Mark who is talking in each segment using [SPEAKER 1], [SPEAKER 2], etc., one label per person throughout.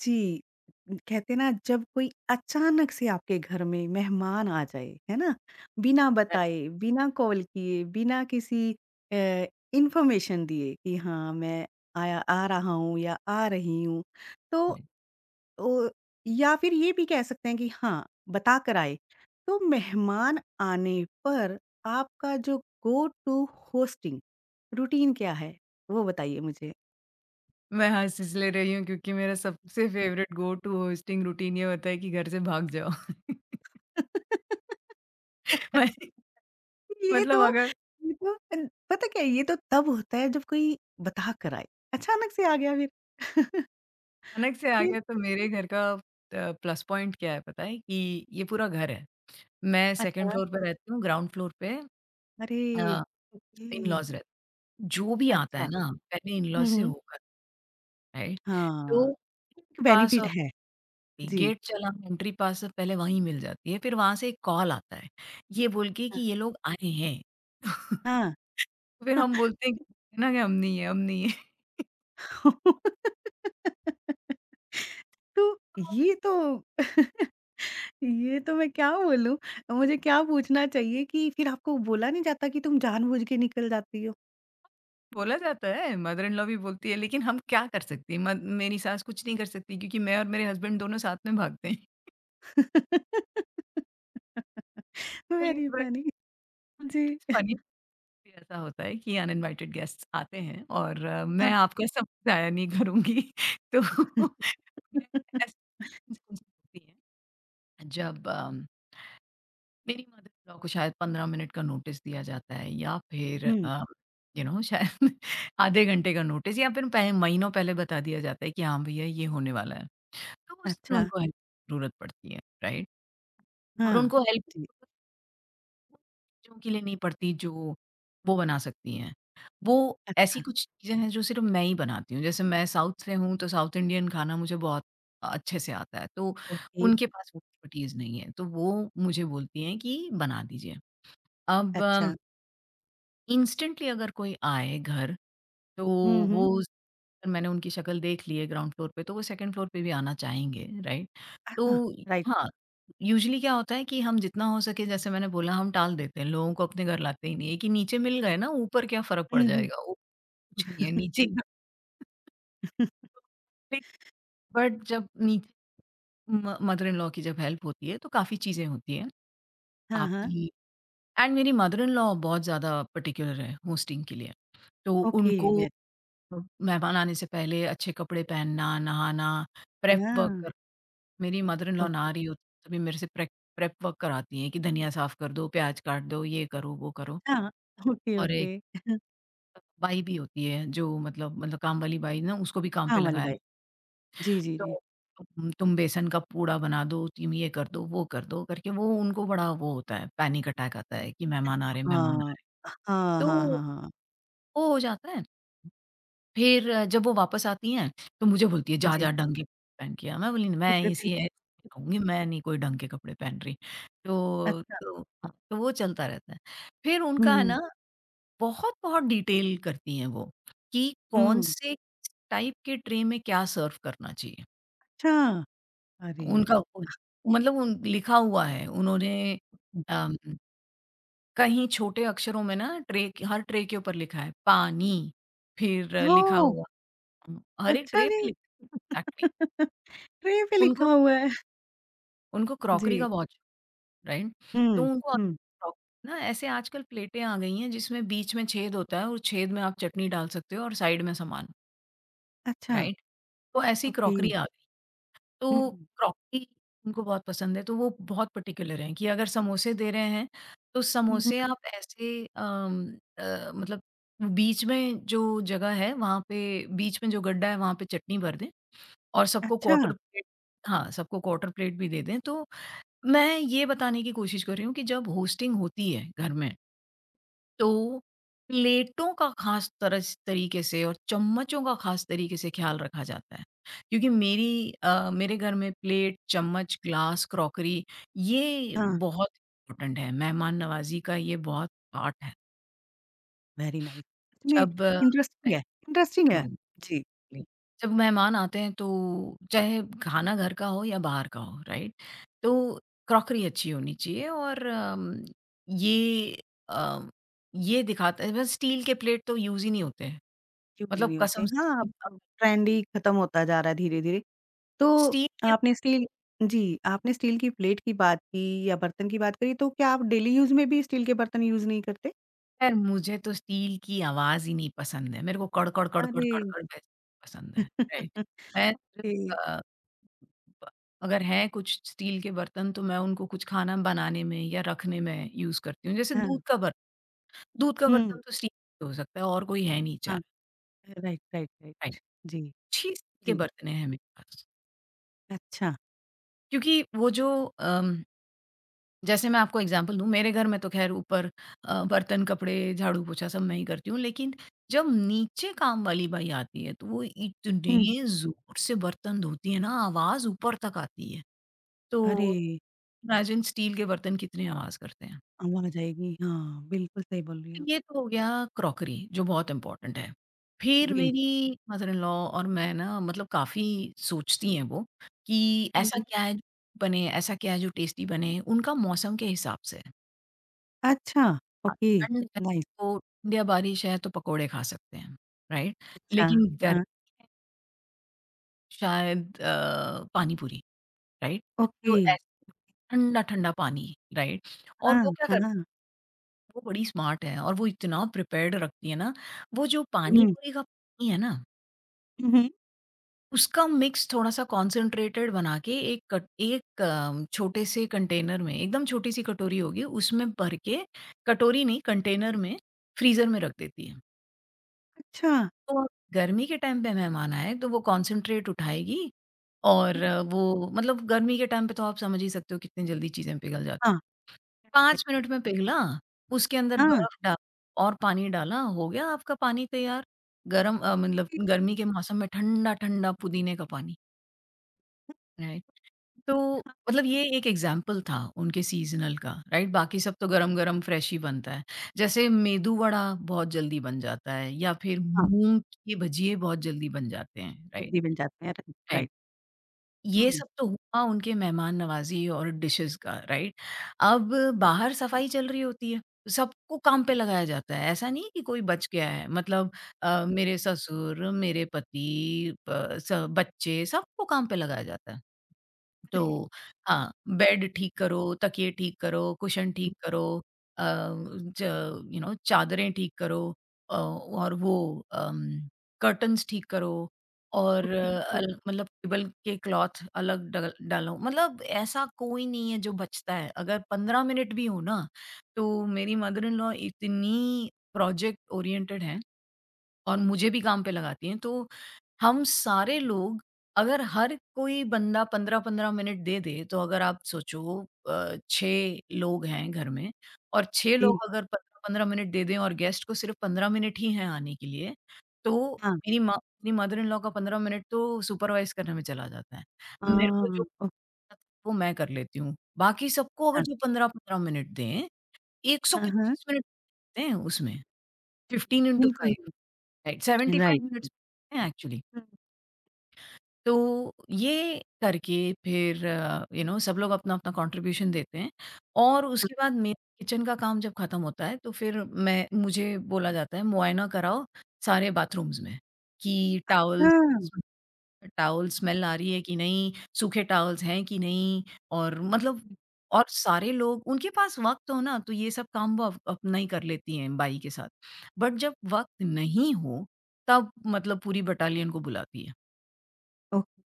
[SPEAKER 1] जी, कहते हैं ना जब कोई अचानक से आपके घर में मेहमान आ जाए, है ना? बिना
[SPEAKER 2] है।
[SPEAKER 1] बताए, बिना कॉल किए, बिना किसी अ, इन्फॉर्मेशन दिए कि हाँ, मैं आया आ रहा हूँ या आ रही हूँ। तो ओ या फिर ये भी कह सकते हैं कि हाँ, बता कर आए। तो मेहमान आने पर आपका जो गो टू होस्टिंग रूटीन क्या है? वो बताइए मुझे?
[SPEAKER 2] मैं हँस इसलिए रही हूँ क्योंकि मेरा सबसे favourite go to hosting routine ये होता है कि घर से भाग जाओ। मैं
[SPEAKER 1] ये तो
[SPEAKER 2] मतलब अगर
[SPEAKER 1] ये तो तब होता है जब कोई बता कर आए। अचानक से आ गया फिर।
[SPEAKER 2] अचानक से आ
[SPEAKER 1] फिर
[SPEAKER 2] गया तो मेरे घर का प्लस पॉइंट क्या है पता है? कि ये पूरा घर है। मैं सेकंड
[SPEAKER 1] अच्छा,
[SPEAKER 2] फ्लोर पे रहती हूँ, ग्राउंड फ्लोर पे
[SPEAKER 1] अरे!
[SPEAKER 2] अ,
[SPEAKER 1] ओके,
[SPEAKER 2] इन-लॉज़ रहते हैं। जो भी आता
[SPEAKER 1] अच्छा।
[SPEAKER 2] है ना पहले इन-लॉज़
[SPEAKER 1] हुँ,
[SPEAKER 2] से
[SPEAKER 1] हुँ।
[SPEAKER 2] होकर, राइट?
[SPEAKER 1] हाँ,
[SPEAKER 2] तो
[SPEAKER 1] एक
[SPEAKER 2] पास
[SPEAKER 1] बेनिफिट
[SPEAKER 2] और
[SPEAKER 1] है। जी।
[SPEAKER 2] गेट चला, एंट्री पास से पहले वहीं मिल जाती है। फिर वहाँ से एक कॉल आता है, ये बोल के कि
[SPEAKER 1] हाँ,
[SPEAKER 2] ये लोग आए हैं।
[SPEAKER 1] हाँ।
[SPEAKER 2] तो फिर हम बोलते हैं कि ना कि हम नहीं है, हम नहीं है।
[SPEAKER 1] तो ये तो ये तो मैं क्या बोलूँ, मुझे क्या पूछना चाहिए कि फिर आपको बोला नहीं जाता कि तुम जानबूझ के निकल जाती हो?
[SPEAKER 2] बोला जाता है, मदर इन लॉ भी बोलती है लेकिन हम क्या कर सकते हैं? मद मेरी सास कुछ नहीं कर सकती क्योंकि मैं और मेरे हस्बैंड दोनों साथ में भागते हैं।
[SPEAKER 1] Very
[SPEAKER 2] but
[SPEAKER 1] funny. जी।
[SPEAKER 2] It is funny. ऐसा होता है कि अनइन्वाइटेड गेस्ट्स आते हैं और मैं आपका सब ज़ाया नहीं करूँगी। तो मैं
[SPEAKER 1] हुँ,
[SPEAKER 2] ऐसी चीज़ होती है जब अम मेरी मदर-इन-लॉ को शायद 15 मिनट का नोटिस दिया जाता है या फिर शायद आधे घंटे का नोटिस या फिर पह महीनों पहले बता दिया जाता है कि हाँ भैया ये होने वाला है। तो उस दिन
[SPEAKER 1] अच्छा,
[SPEAKER 2] उनको हेल्प की ज़रूरत पड़ती है, राइट? और
[SPEAKER 1] हाँ।
[SPEAKER 2] उनको हेल्प
[SPEAKER 1] जी।
[SPEAKER 2] चीज़ों के लिए नहीं पड़ती जो वो बना सकती हैं। वो ऐसी
[SPEAKER 1] अच्छा,
[SPEAKER 2] कुछ चीज़ें हैं जो सिर्फ़ मैं ही बनाती हूँ। जैसे मैं साउथ से हूँ तो साउथ इंडियन खाना मुझे बहुत अच्छे से आता है, तो
[SPEAKER 1] ओके,
[SPEAKER 2] उनके पास
[SPEAKER 1] ओ
[SPEAKER 2] एक्सपर्टीज़ नहीं है। तो वो मुझे बोलती हैं कि बना दीजिए। अब
[SPEAKER 1] अच्छा,
[SPEAKER 2] इंस्टेंटली अगर कोई आए घर तो
[SPEAKER 1] हुँ,
[SPEAKER 2] वो
[SPEAKER 1] हुँ।
[SPEAKER 2] अगर मैंने उनकी शक्ल देख ली है ग्राउंड फ्लोर पे तो वो सेकंड फ्लोर पे भी आना चाहेंगे, राइट? तो
[SPEAKER 1] हाँ, राइट।
[SPEAKER 2] हाँ, यूजली क्या होता है कि हम जितना हो सके, जैसे मैंने बोला, हम टाल देते हैं, लोगों को अपने घर लाते ही नहीं है कि नीचे मिल गए ना ऊपर क्या फर्क पड़
[SPEAKER 1] हुँ, हुँ।
[SPEAKER 2] जाएगा। वो कुछ नहीं है नीचे, जी। बट जब नीचे मदर इन लॉ की जब हेल्प होती है तो काफ़ी चीज़ें होती हैं
[SPEAKER 1] हाँ, हाँ,
[SPEAKER 2] आपकी। एंड मेरी मदर इन लॉ बहुत ज़्यादा पर्टिकुलर है होस्टिंग के लिए। तो
[SPEAKER 1] ओके,
[SPEAKER 2] उनको
[SPEAKER 1] वेरी
[SPEAKER 2] मेहमान आने से पहले अच्छे कपड़े पहनना, नहाना, प्रेप वर्क
[SPEAKER 1] हाँ,
[SPEAKER 2] कर मेरी मदर इन लॉ
[SPEAKER 1] ओके,
[SPEAKER 2] ना रही होती है, तभी मेरे से प्रेप प्रेप वर्क कराती हैं कि धनिया साफ़ कर दो, प्याज काट दो, ये करो, वो करो।
[SPEAKER 1] हाँ, ओके,
[SPEAKER 2] और एक
[SPEAKER 1] ओके।
[SPEAKER 2] बाई भी होती है जो मतलब काम वाली बाई ना उसको भी काम
[SPEAKER 1] हाँ,
[SPEAKER 2] पे
[SPEAKER 1] वाली
[SPEAKER 2] लगाया है।
[SPEAKER 1] बाई जी, जी, जी।
[SPEAKER 2] तो तुम बेसन का पूड़ा बना दो, तुम ये कर दो, वो कर दो करके वो उनको बड़ा वो होता है, पैनिक अटैक आता है कि मेहमान आ रहे हैं, मेहमान आ
[SPEAKER 1] हाँ,
[SPEAKER 2] रहे हैं।
[SPEAKER 1] हाँ, हाँ,
[SPEAKER 2] तो
[SPEAKER 1] हाँ, हाँ।
[SPEAKER 2] वो हो जाता है। फिर जब वो वापस आती हैं, तो मुझे बोलती है, "जा,
[SPEAKER 1] जी,
[SPEAKER 2] जा ढंग के कपड़े पहन के आ।" मैं बोली, "मैं
[SPEAKER 1] टुकड़े पहन
[SPEAKER 2] इसी ऐसे रहूँगी, मैं नहीं कोई ढंग के कपड़े पहन रही।" तो
[SPEAKER 1] अच्छा,
[SPEAKER 2] तो हाँ, तो वो चलता रहता है। फिर उनका है
[SPEAKER 1] हुँ,
[SPEAKER 2] ना बहुत-बहुत डिटेल करती हैं वो, कि कौन
[SPEAKER 1] हुँ,
[SPEAKER 2] से टाइप के ट्रे में क्या सर्व करना चाहिए।
[SPEAKER 1] अच्छा, अरे
[SPEAKER 2] उनका
[SPEAKER 1] वाह!
[SPEAKER 2] उन मतलब उन लिखा हुआ है, उन्होंने
[SPEAKER 1] हुँ,
[SPEAKER 2] अम, कहीं छोटे अक्षरों में ना ट्रे के हर ट्रे के ऊपर लिखा है, पानी, फिर लिखा
[SPEAKER 1] ओह!
[SPEAKER 2] हुआ हर एक
[SPEAKER 1] अच्छा
[SPEAKER 2] ट्रे पे
[SPEAKER 1] जी,
[SPEAKER 2] लिखा है एक्चुअली।
[SPEAKER 1] ट्रे पे लिखा
[SPEAKER 2] उनको
[SPEAKER 1] हुआ है।
[SPEAKER 2] उनको क्रॉकरी
[SPEAKER 1] जी,
[SPEAKER 2] का बहुत शौक, राइट? तो
[SPEAKER 1] हुँ,
[SPEAKER 2] उनको
[SPEAKER 1] हुँ,
[SPEAKER 2] क्रॉक ना ऐसे आजकल प्लेटें आ गई हैं जिसमें बीच में छेद होता है और छेद में आप चटनी डाल सकते हो और साइड में सामान,
[SPEAKER 1] अच्छा,
[SPEAKER 2] राइट? तो ऐसी
[SPEAKER 1] ओके,
[SPEAKER 2] क्रॉकरी आ गई।
[SPEAKER 1] हुँ,
[SPEAKER 2] तो क्रॉकरी उनको बहुत पसंद है तो वो बहुत पर्टिकुलर हैं कि अगर समोसे दे रहे हैं, तो
[SPEAKER 1] हुँ, हुँ।
[SPEAKER 2] समोसे आप ऐसे अम, मतलब बीच में जो जगह है वहाँ पे बीच में जो गड्ढा है वहाँ पे चटनी भर दें और सबको
[SPEAKER 1] अच्छा!
[SPEAKER 2] क्वार्टर प्लेट, हाँ, सबको क्वार्टर प्लेट भी दे दें। तो मैं ये बताने की कोशिश कर रही हूँ कि जब होस्टिंग होती है घर में, तो प्लेटों का ख़ास तरस तरीके से और चम्मचों का ख़ास तरीके से ख़्याल रखा जाता है। क्योंकि मेरे घर में प्लेट, चम्मच, ग्लास, क्रॉकरी ये
[SPEAKER 1] हाँ,
[SPEAKER 2] बहुत इम्पोर्टेंट है, मेहमान नवाज़ी का ये बहुत पार्ट है।
[SPEAKER 1] Very nice. सच में
[SPEAKER 2] जब
[SPEAKER 1] इंटरेस्टिंग है। जी,
[SPEAKER 2] एग्जैक्टली जब मेहमान आते हैं तो चाहे खाना घर का हो या बाहर का हो, राइट? तो क्रॉकरी अच्छी होनी चाहिए और ये अम, ये दिखाता है। बस स्टील के प्लेट तो यूज ही नहीं होते हैं।
[SPEAKER 1] क्यूट
[SPEAKER 2] मतलब
[SPEAKER 1] नहीं होते
[SPEAKER 2] कसम
[SPEAKER 1] हैं। हाँ,
[SPEAKER 2] से,
[SPEAKER 1] अब ट्रेंड ही खत्म होता जा रहा है धीरे-धीरे। तो
[SPEAKER 2] स्टील के
[SPEAKER 1] आपने स्टील जी, आपने स्टील की प्लेट की बात की या बर्तन की बात करी, तो क्या आप डेली यूज़ में भी स्टील के बर्तन यूज़ नहीं करते?
[SPEAKER 2] यार मुझे तो स्टील की आवाज ही नहीं पसंद है, मेरे को कड़ कड़ कड़ कड़
[SPEAKER 1] अरे!
[SPEAKER 2] कड़ कड़ वैसे पसंद है, राइट? मैं सिर्फ
[SPEAKER 1] ओके,
[SPEAKER 2] ब- अगर है कुछ स्टील के बर्तन तो मैं उनको कुछ खाना बनाने में या रखने में यूज करती हूँ, जैसे
[SPEAKER 1] हाँ।
[SPEAKER 2] दूध का बर्तन। दूध का
[SPEAKER 1] हुँ,
[SPEAKER 2] बर्तन तो स्टील ही हो सकता है और कोई है नहीं।
[SPEAKER 1] हाँ।
[SPEAKER 2] 4,
[SPEAKER 1] राइट, राइट,
[SPEAKER 2] राइट,
[SPEAKER 1] राइट। जी,
[SPEAKER 2] 6 स्टील के
[SPEAKER 1] जी।
[SPEAKER 2] बर्तन हैं मेरे पास।
[SPEAKER 1] अच्छा।
[SPEAKER 2] क्योंकि वो जो अम, जैसे मैं आपको एग्ज़ाम्पल दूँ, मेरे घर में तो ख़ैर ऊपर बर्तन, कपड़े, झाड़ू, पोछा सब मैं ही करती हूँ, लेकिन जब नीचे काम वाली बाई आती है, तो वो इतने
[SPEAKER 1] हुँ।
[SPEAKER 2] ज़ोर से बर्तन धोती है ना, आवाज़ ऊपर तक आती है।
[SPEAKER 1] अरे!
[SPEAKER 2] तो इमेजिन स्टील के बर्तन कितनी आवाज़ करते हैं।
[SPEAKER 1] आवाज़ आएगी। हाँ, बिल्कुल सही बोल रही हैं आप।
[SPEAKER 2] ये तो हो गया, क्रॉकरी जो बहुत इम्पोर्टेंट है। फिर
[SPEAKER 1] जी।
[SPEAKER 2] मेरी मदर इन लॉ और मैं ना मतलब काफ़ी सोचती हैं वो कि
[SPEAKER 1] हुँ,
[SPEAKER 2] ऐसा
[SPEAKER 1] हुँ।
[SPEAKER 2] क्या है जो बने, ऐसा क्या है जो टेस्टी बने? उनका मौसम के हिसाब से है।
[SPEAKER 1] अच्छा,
[SPEAKER 2] अ,
[SPEAKER 1] ओके,
[SPEAKER 2] ठंड है
[SPEAKER 1] नाइस,
[SPEAKER 2] तो ठंड या बारिश है तो पकोड़े खा सकते हैं, राइट?
[SPEAKER 1] अच्छा,
[SPEAKER 2] लेकिन गर्मी
[SPEAKER 1] हाँ,
[SPEAKER 2] है शायद पानी पूरी, राइट?
[SPEAKER 1] ओके,
[SPEAKER 2] तो ऐसे ठंडा-ठंडा पानी, राइट? और वो
[SPEAKER 1] हाँ,
[SPEAKER 2] क्या करती
[SPEAKER 1] हाँ,
[SPEAKER 2] है, वो बड़ी स्मार्ट है और वो इतना प्रिपेयर्ड रखती है ना, वो जो पानी
[SPEAKER 1] हुँ,
[SPEAKER 2] पूरी का पानी है ना,
[SPEAKER 1] हुँ,
[SPEAKER 2] उसका मिक्स थोड़ा-सा कॉन्सन्ट्रेटेड बना के एक छोटे से कंटेनर में, एकदम छोटी-सी कटोरी होगी, उसमें भर के, कटोरी नहीं कंटेनर में, फ्रीज़र में रख देती है।
[SPEAKER 1] अच्छा,
[SPEAKER 2] तो गर्मी के टाइम पे मेहमान आए, तो वो कॉन्सन्ट्रेट उठाएगी और
[SPEAKER 1] हुँ,
[SPEAKER 2] वो मतलब गर्मी के टाइम पे तो आप समझ ही सकते हो कितनी जल्दी चीज़ें पिघल जाती
[SPEAKER 1] हाँ,
[SPEAKER 2] हैं।
[SPEAKER 1] राइट,
[SPEAKER 2] 5
[SPEAKER 1] राइट, राइट,
[SPEAKER 2] मिनट में पिघला, उसके अंदर
[SPEAKER 1] हाँ,
[SPEAKER 2] बर्फ़ डाल और पानी डाला, हो गया आपका पानी तैयार। मतलब
[SPEAKER 1] ठीक,
[SPEAKER 2] गर्मी के मौसम में ठंडा-ठंडा पुदीने का पानी, राइट? तो
[SPEAKER 1] हाँ,
[SPEAKER 2] मतलब ये एक एग्जाम्पल था उनके सीज़नल का, राइट? बाकी सब तो गरम-गरम फ्रेश ही बनता है। जैसे मेदू वड़ा बहुत जल्दी बन जाता है या फिर
[SPEAKER 1] हाँ,
[SPEAKER 2] मूँग की भजिए बहुत जल्दी बन जाते हैं, राइट?
[SPEAKER 1] जल्दी बन जाते हैं, राइट,
[SPEAKER 2] राइट।
[SPEAKER 1] राइट,
[SPEAKER 2] ये
[SPEAKER 1] हुँ,
[SPEAKER 2] सब तो हुआ उनके मेहमान नवाज़ी और डिशेज़ का, राइट? अब बाहर सफाई चल रही होती है, सबको काम पे लगाया जाता है, ऐसा नहीं है कि कोई बच गया है। मतलब मेरे ससुर, मेरे पति, प स बच्चे सबको काम पे लगाया जाता है।
[SPEAKER 1] अरे,
[SPEAKER 2] तो
[SPEAKER 1] अ,
[SPEAKER 2] हाँ, बेड ठीक करो, तकिए ठीक करो, कुशन ठीक करो, ज यू नो चादरें ठीक करो, और वो अम, कर्टन्स ठीक करो और
[SPEAKER 1] ओके,
[SPEAKER 2] अल मतलब टेबल के क्लॉथ अलग डल डालो। मतलब ऐसा कोई नहीं है जो बचता है। अगर 15 मिनट भी हो ना, तो मेरी मदर इन लॉ इतनी प्रोजेक्ट ओरिएंटेड हैं और मुझे भी काम पे लगाती हैं, तो हम सारे लोग, अगर हर कोई बंदा 15-15 मिनट दे दे, तो अगर आप सोचो 6 लोग हैं घर में और 6
[SPEAKER 1] जी,
[SPEAKER 2] लोग अगर 15-15 मिनट दे दें और गेस्ट को सिर्फ़ 15 मिनट ही हैं आने के लिए, तो
[SPEAKER 1] हाँ,
[SPEAKER 2] मेरी माँ मेरी मदर इन लॉ का 15 मिनट तो सुपरवाइज़ करने में चला जाता है। मेरे को जो
[SPEAKER 1] हाँ,
[SPEAKER 2] करना था, वो मैं कर लेती हूँ। बाकी सबको अगर
[SPEAKER 1] अच्छा,
[SPEAKER 2] जो 15-15 मिनट दें,
[SPEAKER 1] हाँ, हाँ,
[SPEAKER 2] 125 मिनट देते हैं उसमें, 15 इंटू
[SPEAKER 1] बिल्कुल,
[SPEAKER 2] 5,
[SPEAKER 1] बिल्कुल,
[SPEAKER 2] राइट,
[SPEAKER 1] राइट,
[SPEAKER 2] 75 मिनट्स हैं एक्चुअली।
[SPEAKER 1] हुँ,
[SPEAKER 2] तो ये करके फिर सब लोग अपना-अपना कंट्रीब्यूशन देते हैं और उसके बाद मेरा किचन का काम जब खत्म होता है तो फिर मैं मुझे बोला जाता है मुआयना कराओ सारे बाथरूम्स में कि
[SPEAKER 1] अच्छा,
[SPEAKER 2] टॉवल स्मेल आ रही है कि नहीं, सूखे टॉवल्स हैं कि नहीं और मतलब और सारे लोग उनके पास वक़्त हो ना तो ये सब काम वो अप अपना ही कर लेती हैं बाई के साथ। बट जब वक़्त नहीं हो तब मतलब पूरी बटालियन को बुलाती है।
[SPEAKER 1] Okay,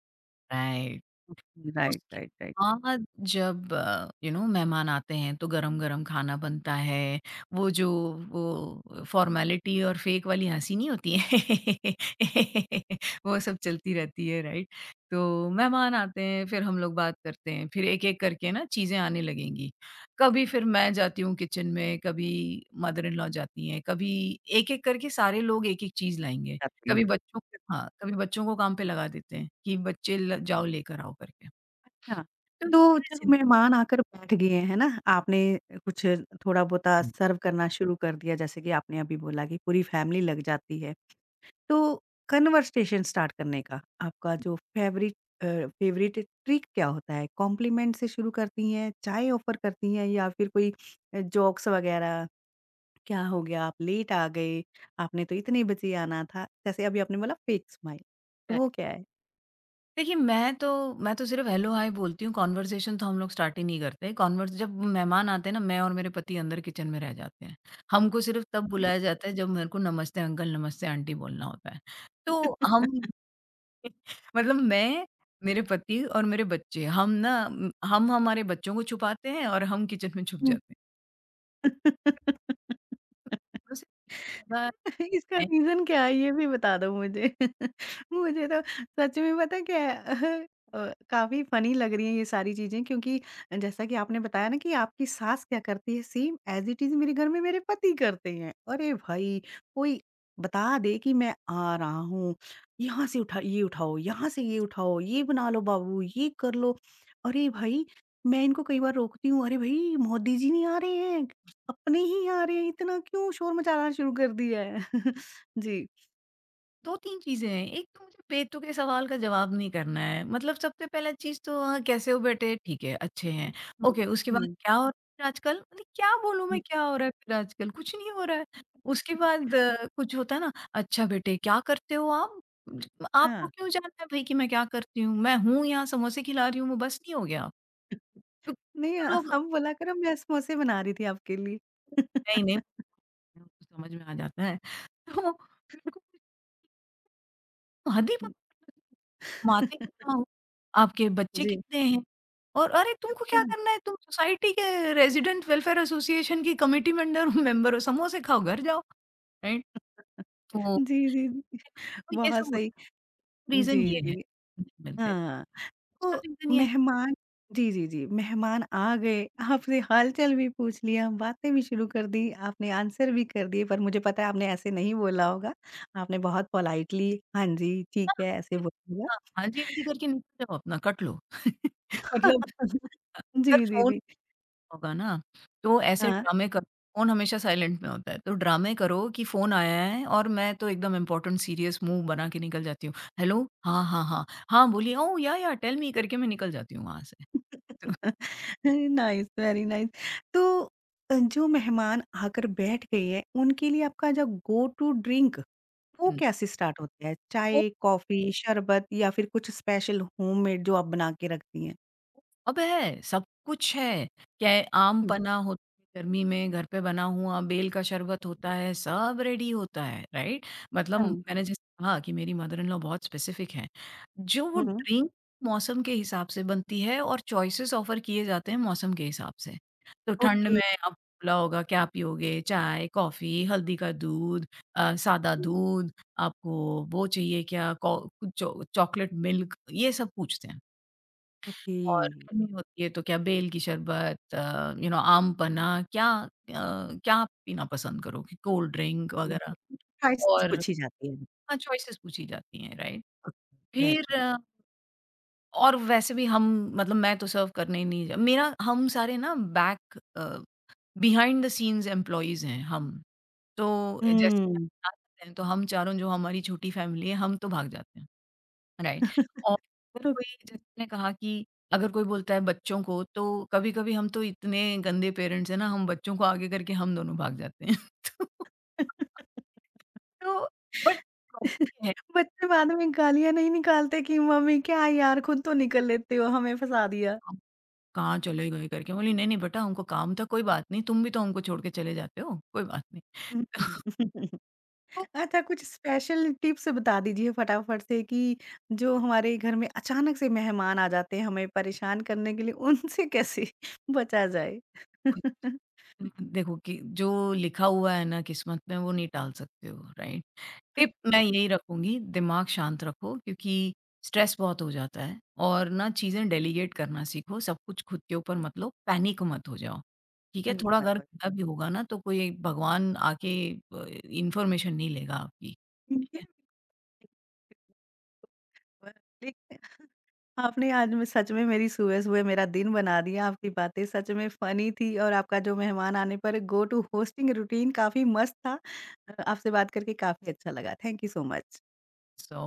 [SPEAKER 2] right.
[SPEAKER 1] ओके, राइट,
[SPEAKER 2] उसके
[SPEAKER 1] राइट, राइट।
[SPEAKER 2] बाद जब मेहमान आते हैं तो गरम-गरम खाना बनता है। वो जो वो फ़ॉर्मेलिटी और फ़ेक वाली हँसी नहीं होती है वो सब चलती रहती है, राइट? तो मेहमान आते हैं फिर हम लोग बात करते हैं। फिर एक-एक करके ना चीज़ें आने लगेंगी। कभी फिर मैं जाती हूँ किचन में, कभी मदर इन लॉ जाती हैं, कभी एक-एक करके सारे लोग एक-एक चीज़ लाएँगे।
[SPEAKER 1] जाते हैं।
[SPEAKER 2] कभी बच्चों हाँ, कभी बच्चों को काम पे लगा देते हैं कि बच्चे ल जाओ लेकर आओ करके।
[SPEAKER 1] अच्छा,
[SPEAKER 2] तो
[SPEAKER 1] तो
[SPEAKER 2] ये
[SPEAKER 1] चलो
[SPEAKER 2] सिंपल
[SPEAKER 1] मेहमान आकर बैठ गए हैं ना, आपने कुछ थोड़ा-बहुत
[SPEAKER 2] है,
[SPEAKER 1] सर्व करना शुरू कर दिया जैसे कि आपने अभी बोला कि पूरी फैमिली लग जाती है। तो कन्वर्सेशन स्टार्ट करने का आपका जो अ, फेवरेट ट्रिक क्या होता है? कॉम्प्लीमेंट से शुरू करती हैं, चाय ऑफ़र करती हैं या फिर कोई जोक्स वगैरह? क्या हो गया आप लेट आ गए, आपने तो इतने बजे आना था। जैसे अभी आपने बोला फेक स्माइल, वो
[SPEAKER 2] करेक्ट।
[SPEAKER 1] क्या है?
[SPEAKER 2] देखिए मैं तो सिर्फ हेलो हाय बोलती हूँ, कन्वर्सेशन तो हम लोग स्टार्ट ही नहीं करते। कन्वर्स जब मेहमान आते हैं ना, मैं और मेरे पति अंदर किचन में रह जाते हैं। हमको सिर्फ तब बुलाया जाता है जब मेरे को नमस्ते अंकल, नमस्ते आंटी बोलना होता है। तो हम मतलब मैं, मेरे पति और मेरे बच्चे हम हमारे बच्चों को छुपाते हैं और हम किचन में छुप
[SPEAKER 1] हुँ।
[SPEAKER 2] जाते हैं। बस इतना ज्यादा
[SPEAKER 1] इसका रीज़न क्या है ये भी बता दो मुझे। मुझे तो सच में पता है क्या है काफ़ी फ़नी लग रही है ये सारी चीज़ें क्योंकि जैसा कि आपने बताया ना कि आपकी सास क्या करती है सेम ऐज़ इट इज़ मेरे घर में मेरे पति करते हैं। अरे भाई कोई बता दे कि मैं आ रहा हूँ, यहाँ से उठा ये उठाओ, यहाँ से ये उठाओ, ये बना लो बाबू, ये कर लो। अरे भाई मैं इनको कई बार रोकती हूँ, "अरे भई मोदी जी नहीं आ रहे हैं?" अपने ही यहाँ आ रहे हैं, इतना क्यों शोर मचाना शुरू कर दिया है? जी।
[SPEAKER 2] 2-3 चीज़ें हैं। एक तो मुझे पेटों के सवाल का जवाब नहीं करना है। मतलब सबसे पहला चीज़ तो कैसे हो बेटे? ठीक है, अच्छे हैं।
[SPEAKER 1] हुँ,
[SPEAKER 2] ओके, उसके बाद
[SPEAKER 1] हुँ,
[SPEAKER 2] क्या हो रहा है फिर आजकल? मतलब क्या बोलूँ मैं
[SPEAKER 1] हुँ।
[SPEAKER 2] क्या हो रहा है फिर आजकल? कुछ नहीं हो रहा है। उसके बाद कुछ होता है ना, अच्छा बेटे क्या करते हो आप? ज आपको
[SPEAKER 1] हाँ।
[SPEAKER 2] क्यों जानना है भई कि मैं क्या करती हूँ? मैं हूँ यहाँ समोसे खिला रही हूँ, वो बस नहीं हो गया? तो
[SPEAKER 1] नहीं,
[SPEAKER 2] तो लोग
[SPEAKER 1] अब बोला करो मैं समोसे बना रही थी आपके लिए।
[SPEAKER 2] नहीं, नहीं समझ में आ जाता है। तो मेरे को हद ही पता नहीं, माते कितना हो, आपके बच्चे
[SPEAKER 1] जी,
[SPEAKER 2] कितने हैं? और अरे तुमको
[SPEAKER 1] अच्छा।
[SPEAKER 2] क्या करना है? तुम सोसाइटी के रेज़िडेंट वेलफेयर एसोसिएशन की कमिटी मेंबर मेंबर हो, समोसे खाओ, घर जाओ, राइट? तो
[SPEAKER 1] जी, जी, जी।
[SPEAKER 2] तो ये
[SPEAKER 1] बहुत
[SPEAKER 2] सब होता
[SPEAKER 1] सही।
[SPEAKER 2] है, रीज़न
[SPEAKER 1] जी,
[SPEAKER 2] ये
[SPEAKER 1] जी।
[SPEAKER 2] है।
[SPEAKER 1] जी।
[SPEAKER 2] मिलते हैं।
[SPEAKER 1] हाँ,
[SPEAKER 2] दूसरा
[SPEAKER 1] तो
[SPEAKER 2] रीज़न ये है।
[SPEAKER 1] मेहमान जी, जी, जी, मेहमान आ गए, आपसे हाल-चाल भी पूछ लिया, बातें भी शुरू कर दी, आपने आंसर भी कर दिए, पर मुझे पता है आपने ऐसे नहीं बोला होगा। आपने बहुत पोलाइटली, हाँ जी, ठीक
[SPEAKER 2] हाँ,
[SPEAKER 1] है, ऐसे बोला।
[SPEAKER 2] हाँ, हाँ जी, हाँ जी करके निकल जाओ अपना, कट लो। मतलब अगर
[SPEAKER 1] जी, जी,
[SPEAKER 2] फ़ोन
[SPEAKER 1] जी।
[SPEAKER 2] होगा ना, तो ऐसे
[SPEAKER 1] हाँ।
[SPEAKER 2] ड्रामे कर फ़ोन हमेशा साइलेंट में होता है, तो ड्रामे करो कि फ़ोन आया है और मैं तो एकदम इम्पोर्टेंट सीरियस मुँह बना के निकल जाती हूँ। हेलो? हाँ, हाँ, हाँ। हाँ, बोलिए, ओह! या, टेल मी करके मैं निकल जाती हूँ वहाँ से। तो
[SPEAKER 1] नाइस, वेरी नाइस। तो जो मेहमान आकर बैठ गए हैं, उनके लिए आपका जो गो टू ड्रिंक वो कैसे स्टार्ट होता है?
[SPEAKER 2] वो
[SPEAKER 1] चाय, कॉफ़ी, शरबत या फिर कुछ स्पेशल होममेड जो आप बना के रखती हैं?
[SPEAKER 2] सब है, सब कुछ है। क्या है आम
[SPEAKER 1] हुँ,
[SPEAKER 2] पन्ना होता है गर्मी में घर पे बना हुआ, बेल का शरबत होता है, सब रेडी होता है, राइट? मतलब
[SPEAKER 1] हाँ।
[SPEAKER 2] मैंने जैसे कहा कि मेरी मदर इन लॉ बहुत स्पेसिफिक हैं। जो वो
[SPEAKER 1] हुँ।
[SPEAKER 2] ड्रिंक मौसम के हिसाब से बनती है और चॉइसेस ऑफर किए जाते हैं मौसम के हिसाब से। तो ठंड
[SPEAKER 1] ओके,
[SPEAKER 2] में आपको बोला होगा क्या पियोगे? चाय, कॉफ़ी, हल्दी का दूध, सादा दूध, आपको वो चाहिए क्या? कौ चॉ चॉकलेट मिल्क ये सब पूछते हैं।
[SPEAKER 1] ओके।
[SPEAKER 2] और गर्मी होती है तो क्या बेल की शरबत, आम पन्ना क्या आप पीना पसंद करोगे? कोल्ड ड्रिंक वगैरह
[SPEAKER 1] प्राइसेज़
[SPEAKER 2] और
[SPEAKER 1] पूछी जाती है।
[SPEAKER 2] हाँ, चॉइसेस पूछी जाती हैं, राइट?
[SPEAKER 1] ओके, वेरी
[SPEAKER 2] फिर
[SPEAKER 1] नाइस।
[SPEAKER 2] और वैसे भी हम मतलब मैं तो सर्व करने ही नहीं जा मेरा हम सारे ना बिहाइंड द सीन्स एम्प्लॉइज़ हैं हम। तो जैसे ही
[SPEAKER 1] हुँ।
[SPEAKER 2] मेहमान आते हैं तो हम चारों जो हमारी छोटी फैमिली है, हम तो भाग जाते हैं। राइट और अगर
[SPEAKER 1] ओके।
[SPEAKER 2] कोई जैसे आपने कहा कि अगर कोई बोलता है बच्चों को तो कभी-कभी हम तो इतने गंदे पेरेंट्स हैं ना, हम बच्चों को आगे करके हम दोनों भाग जाते हैं। तो तो बट प्रॉब्लम ये है
[SPEAKER 1] बच्चे बाद में गालियाँ नहीं निकालते कि मम्मी क्या यार खुद तो निकल लेते हो हमें फँसा दिया।
[SPEAKER 2] हम कहाँ चले गए करके बोली, "नहीं-नहीं बेटा हमको काम था कोई बात नहीं, तुम भी तो हमको छोड़ के चले जाते हो, कोई बात नहीं।"
[SPEAKER 1] हुँ। अच्छा कुछ स्पेशल टिप्स बता दीजिए फटाफट से कि जो हमारे घर में अचानक से मेहमान आ जाते हैं हमें परेशान करने के लिए उनसे कैसे बचा जाए?
[SPEAKER 2] तो देखो कि जो लिखा हुआ है ना किस्मत में वो नहीं टाल सकते हो, राइट? टिप
[SPEAKER 1] अच्छा,
[SPEAKER 2] मैं यही रखूँगी, दिमाग शांत रखो क्योंकि स्ट्रेस बहुत हो जाता है और ना चीज़ें डेलीगेट करना सीखो, सब कुछ खुद के ऊपर मत लो, पैनिक मत हो जाओ, ठीक है? थोड़ा अगर
[SPEAKER 1] धन्यवाद।
[SPEAKER 2] गंदा भी होगा ना तो कोई भगवान आके इन्फॉर्मेशन नहीं लेगा आपकी, ठीक है?
[SPEAKER 1] ये- आपने आज में सच में मेरी सुबह-सुबह मेरा दिन बना दिया, आपकी बातें सच में फ़नी थी और आपका जो मेहमान आने पर गो टू होस्टिंग रूटीन काफ़ी मस्त था। आपसे बात करके काफ़ी अच्छा लगा। Thank you so much.
[SPEAKER 2] So